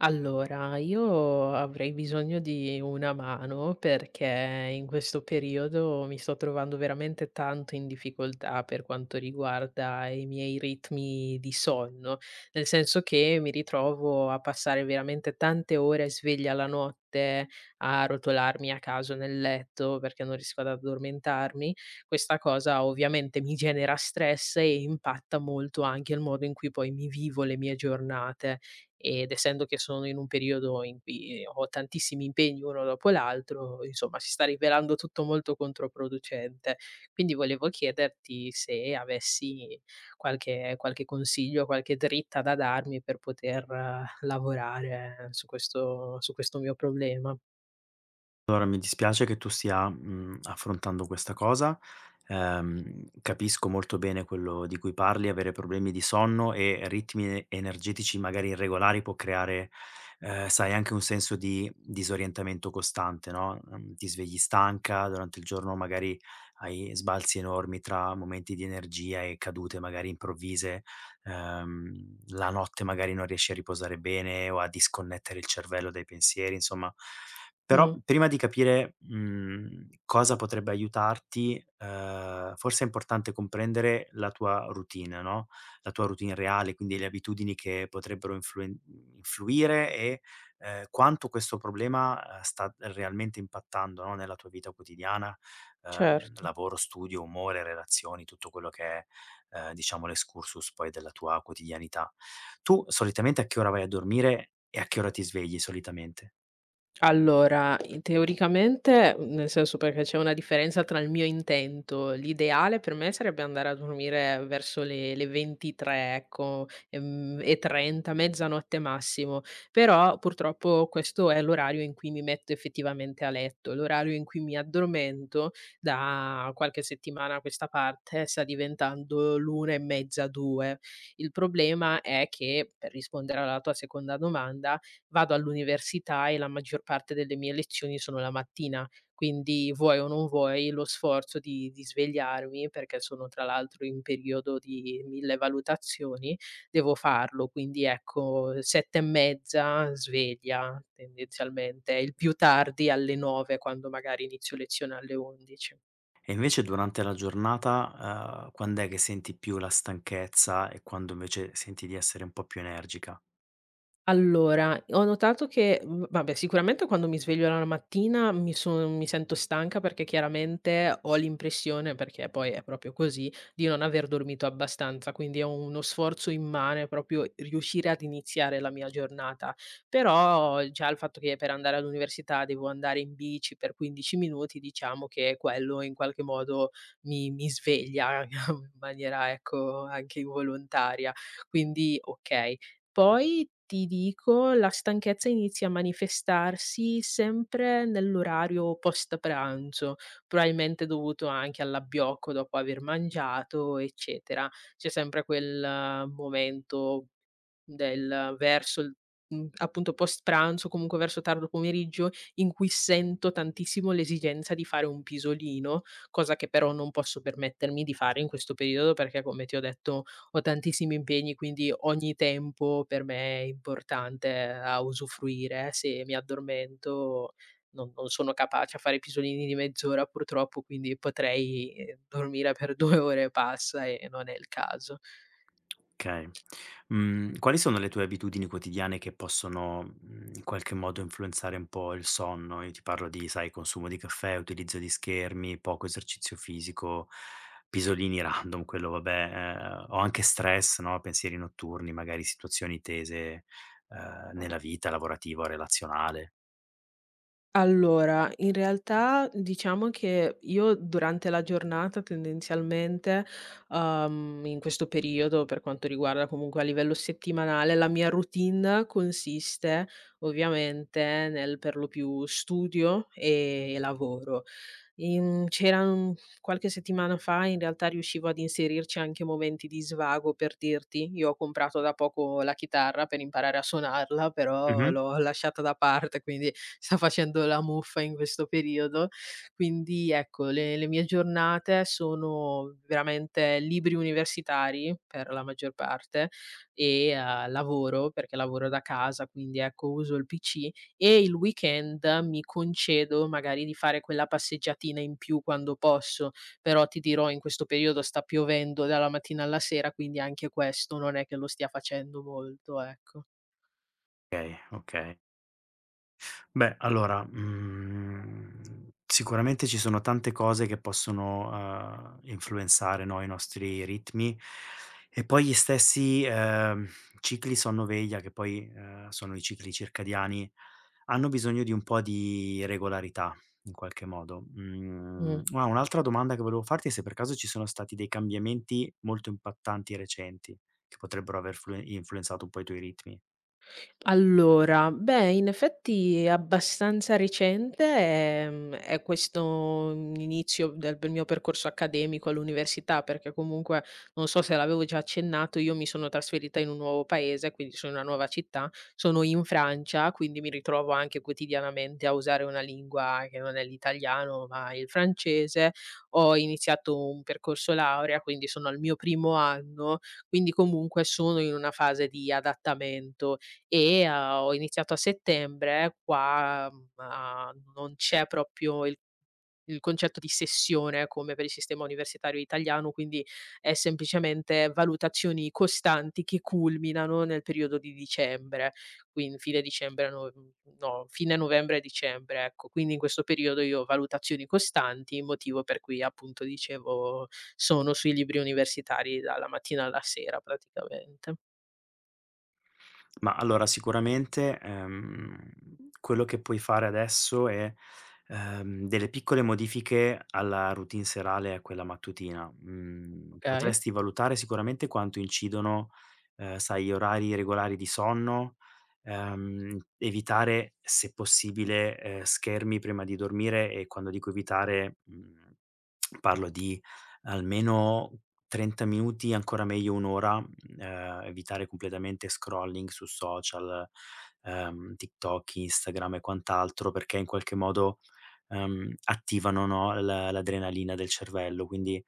Allora, io avrei bisogno di una mano perché in questo periodo mi sto trovando veramente tanto in difficoltà per quanto riguarda i miei ritmi di sonno, nel senso che mi ritrovo a passare veramente tante ore sveglia la notte, a rotolarmi a caso nel letto perché non riesco ad addormentarmi. Questa cosa ovviamente mi genera stress e impatta molto anche il modo in cui poi mi vivo le mie giornate ed essendo che sono in un periodo in cui, ho tantissimi impegni uno dopo l'altro, insomma si sta rivelando tutto molto controproducente. Quindi volevo chiederti se avessi qualche consiglio, qualche dritta da darmi per poter lavorare su questo mio problema. Allora, mi dispiace che tu stia, affrontando questa cosa. Capisco molto bene quello di cui parli, avere problemi di sonno e ritmi energetici magari irregolari può creare, sai, anche un senso di disorientamento costante, no, ti svegli stanca, durante il giorno magari hai sbalzi enormi tra momenti di energia e cadute magari improvvise. La notte magari non riesci a riposare bene o a disconnettere il cervello dai pensieri, insomma però Mh, prima di capire, cosa potrebbe aiutarti, forse è importante comprendere la tua routine, no, la tua routine reale, quindi le abitudini che potrebbero influen influire e, quanto questo problema, sta realmente impattando, no, nella tua vita quotidiana, certo. lavoro, studio, umore, relazioni, tutto quello che è, diciamo l'excursus poi della tua quotidianità. Tu solitamente a che ora vai a dormire e a che ora ti svegli solitamente? Allora, i teoricamente, nel senso perché c'è una differenza tra il mio intento, l'ideale per me sarebbe andare a dormire verso le 23, ecco, e 30, mezzanotte massimo, però purtroppo questo è l'orario in cui mi metto effettivamente a letto. L'orario in cui mi addormento da qualche settimana a questa parte sta diventando l'1 e mezza, 2. Il problema è che, per rispondere alla tua seconda domanda, vado all'università e la maggior parte delle mie lezioni sono la mattina, quindi vuoi o non vuoi lo sforzo di svegliarmi, perché sono tra l'altro in periodo di 1000 valutazioni, devo farlo. Quindi ecco, 7 e mezza sveglia tendenzialmente, il più tardi alle 9 quando magari inizio lezione alle 11. E invece durante la giornata, quand'è che senti più la stanchezza e quando invece senti di essere un po' più energica? Allora, ho notato che, vabbè, sicuramente quando mi sveglio la mattina mi sento stanca, perché chiaramente ho l'impressione, perché poi è proprio così, di non aver dormito abbastanza, quindi è uno sforzo immane proprio riuscire ad iniziare la mia giornata. Però già il fatto che per andare all'università devo andare in bici per 15 minuti, diciamo che quello in qualche modo mi sveglia in maniera, ecco, anche involontaria. Quindi okay. Poi ti dico, la stanchezza inizia a manifestarsi sempre nell'orario post pranzo, probabilmente dovuto anche all'abbiocco dopo aver mangiato, eccetera. C'è sempre quel momento del verso il appunto post pranzo, comunque verso tardo pomeriggio, in cui sento tantissimo l'esigenza di fare un pisolino, cosa che però non posso permettermi di fare in questo periodo perché, come ti ho detto, ho tantissimi impegni, quindi ogni tempo per me è importante a usufruire. Se mi addormento non sono capace a fare pisolini di mezz'ora purtroppo, quindi potrei, dormire per 2 ore e passa, e non è il caso. Okay. Quali sono le tue abitudini quotidiane che possono, in qualche modo influenzare un po' il sonno? Io ti parlo di, sai, consumo di caffè, utilizzo di schermi, poco esercizio fisico, pisolini random, quello vabbè, o anche stress, no, pensieri notturni, magari situazioni tese, nella vita lavorativa o relazionale. Allora, in realtà diciamo che io durante la giornata tendenzialmente, in questo periodo, per quanto riguarda comunque a livello settimanale, la mia routine consiste ovviamente nel per lo più studio e lavoro. C'era un qualche settimana fa in realtà riuscivo ad inserirci anche momenti di svago, per dirti. Io ho comprato da poco la chitarra per imparare a suonarla, però Mh-mh. l'ho lasciata da parte, quindi sta facendo la muffa in questo periodo. Quindi ecco, le mie giornate sono veramente libri universitari, per la maggior parte, e, lavoro, perché lavoro da casa, quindi ecco uso il PC e il weekend mi concedo magari di fare quella passeggiatina in più quando posso, però ti dirò in questo periodo sta piovendo dalla mattina alla sera, quindi anche questo non è che lo stia facendo molto, ecco. Okay, okay. Beh, allora, sicuramente ci sono tante cose che possono, influenzare, no, i nostri ritmi e poi gli stessi, cicli sonno-veglia, che poi, sono i cicli circadiani, hanno bisogno di un po' di regolarità, in qualche modo. Mh. Mhmm, Un'altra domanda che volevo farti è se per caso ci sono stati dei cambiamenti molto impattanti e recenti, che potrebbero aver flue influenzato un po' i tuoi ritmi. Allora, beh, in effetti è abbastanza recente, è questo inizio del mio percorso accademico all'università, perché comunque, non so se l'avevo già accennato, io mi sono trasferita in un nuovo paese, quindi sono in una nuova città, sono in Francia, quindi mi ritrovo anche quotidianamente a usare una lingua che non è l'italiano, ma il francese. Ho iniziato un percorso laurea, quindi sono al mio primo anno, quindi comunque sono in una fase di adattamento e, ho iniziato a settembre, qua, mhmm, a non c'è proprio il concetto di sessione come per il sistema universitario italiano, quindi è semplicemente valutazioni costanti che culminano nel periodo di dicembre, quin fine dicembre, no, no, fine novembre e dicembre, ecco. Quindi in questo periodo io ho valutazioni costanti, motivo per cui appunto dicevo sono sui libri universitari dalla mattina alla sera praticamente. Ma allora sicuramente, quello che puoi fare adesso è, delle piccole modifiche alla routine serale e a quella mattutina. Mhmm, Okay, Potresti valutare sicuramente quanto incidono, sai, gli orari regolari di sonno, evitare se possibile, schermi prima di dormire, e quando dico evitare, parlo di almeno 30 minuti, ancora meglio 1 ora. Evitare completamente scrolling su social, TikTok, Instagram e quant'altro, perché in qualche modo, attivano, no, l'adrenalina del cervello, quindi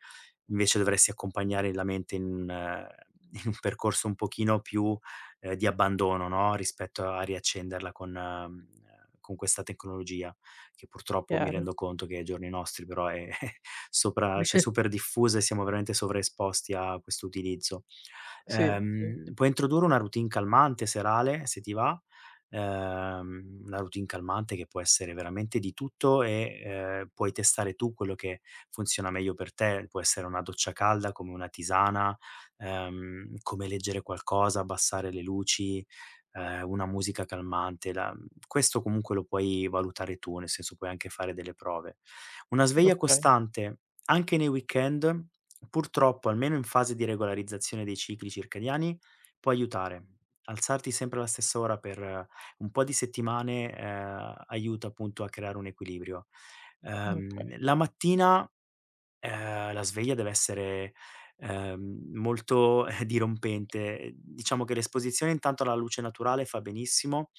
invece dovresti accompagnare la mente in un in un percorso un pochino più, di abbandono, no, rispetto a riaccenderla con questa tecnologia, che purtroppo mi chiaro. rendo conto che ai giorni nostri però è sopra cioè super diffusa, e siamo veramente sovraesposti a questo utilizzo. Sì, sì. Puoi introdurre una routine calmante serale, se ti va, una routine calmante che può essere veramente di tutto e, puoi testare tu quello che funziona meglio per te. Può essere una doccia calda, come una tisana, come leggere qualcosa, abbassare le luci, una musica calmante. La Questo comunque lo puoi valutare tu, nel senso puoi anche fare delle prove. Una sveglia Okay, costante, anche nei weekend. Purtroppo, almeno in fase di regolarizzazione dei cicli circadiani, può aiutare. Alzarti sempre alla stessa ora per un po' di settimane, aiuta appunto a creare un equilibrio. okay. Ehm, la mattina la sveglia deve essere, molto, dirompente. Diciamo che l'esposizione intanto alla luce naturale fa benissimo,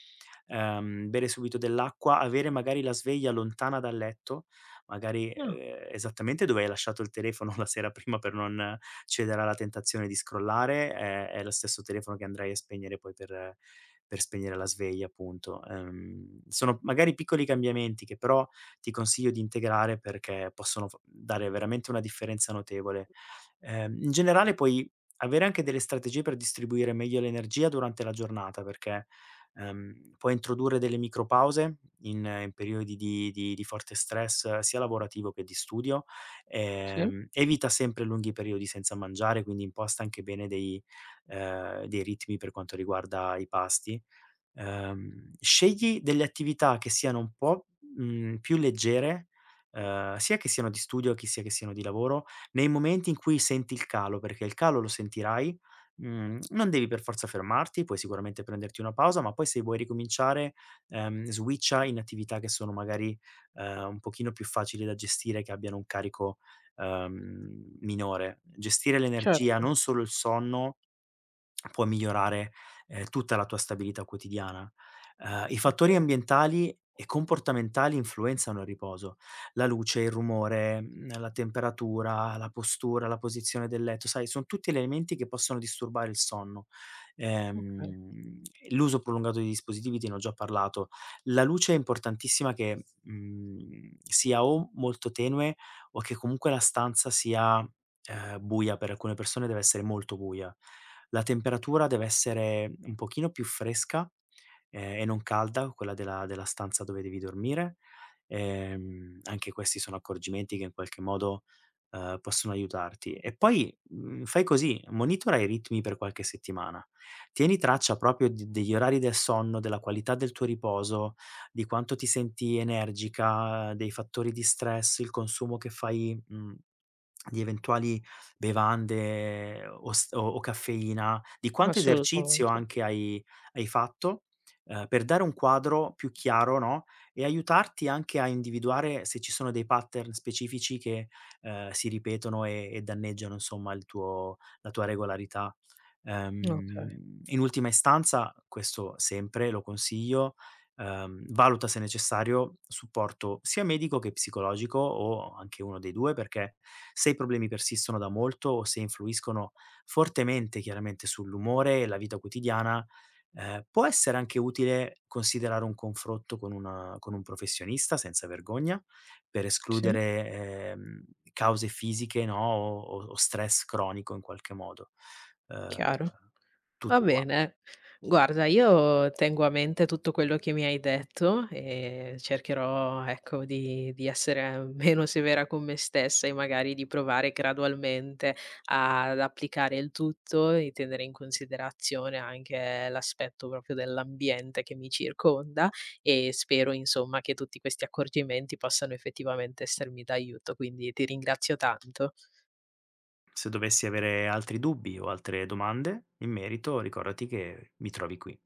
bere subito dell'acqua, avere magari la sveglia lontana dal letto, magari, Ah, esattamente dove hai lasciato il telefono la sera prima per non cedere alla tentazione di scrollare. È lo stesso telefono che andrai a spegnere poi per spegnere la sveglia appunto. Sono magari piccoli cambiamenti che però ti consiglio di integrare perché possono f dare veramente una differenza notevole. In generale poi avere anche delle strategie per distribuire meglio l'energia durante la giornata, perché, puoi introdurre delle micropause in periodi di forte stress sia lavorativo che di studio. sì, Evita sempre lunghi periodi senza mangiare, quindi imposta anche bene dei dei ritmi per quanto riguarda i pasti. Scegli delle attività che siano un po', più leggere, sia che siano di studio, che sia che siano di lavoro, nei momenti in cui senti il calo, perché il calo lo sentirai. Non devi per forza fermarti, puoi sicuramente prenderti una pausa, ma poi se vuoi ricominciare, switcha in attività che sono magari, un pochino più facili da gestire, che abbiano un carico, minore. Gestire l'energia, certo. non solo il sonno, può migliorare, tutta la tua stabilità quotidiana. I fattori Okay, ambientali e comportamentali influenzano il riposo. La luce, il rumore, la temperatura, la postura, la posizione del letto, sai, son tutti elementi che possono disturbare il sonno. okay, Ehm, L'uso prolungato di dispositivi te ne ho già parlato. La luce è importantissima che, sia o molto tenue o che comunque la stanza sia buia, per alcune persone deve essere molto buia. La temperatura deve essere un pochino più fresca, e non calda, quella della stanza dove devi dormire. Anche questi sono accorgimenti che in qualche modo, possono aiutarti. E poi, fai così: monitora i ritmi per qualche settimana. Tieni traccia proprio d degli orari del sonno, della qualità del tuo riposo, di quanto ti senti energica, dei fattori di stress, il consumo che fai, di eventuali bevande o s o caffeina, di quanto esercizio assolutamente. anche hai fatto, per dare un quadro più chiaro, no, e aiutarti anche a individuare se ci sono dei pattern specifici che, si ripetono e danneggiano insomma il tuo la tua regolarità. Okay, In ultima istanza, questo sempre lo consiglio, valuta se necessario supporto sia medico che psicologico o anche uno dei 2, perché se i problemi persistono da molto o se influiscono fortemente chiaramente sull'umore e la vita quotidiana, può essere anche utile considerare un confronto con una con un professionista senza vergogna, per sì, escludere, cause fisiche, no, o stress cronico in qualche modo. Ehm, chiaro. Va Tutto qua. bene. Guarda, io tengo a mente tutto quello che mi hai detto e cercherò, ecco, di, essere meno severa con me stessa e magari di provare gradualmente ad applicare il tutto e tenere in considerazione anche l'aspetto proprio dell'ambiente che mi circonda e spero, insomma, che tutti questi accorgimenti possano effettivamente essermi d'aiuto. Quindi ti ringrazio tanto. Se dovessi avere altri dubbi o altre domande in merito, ricordati che mi trovi qui.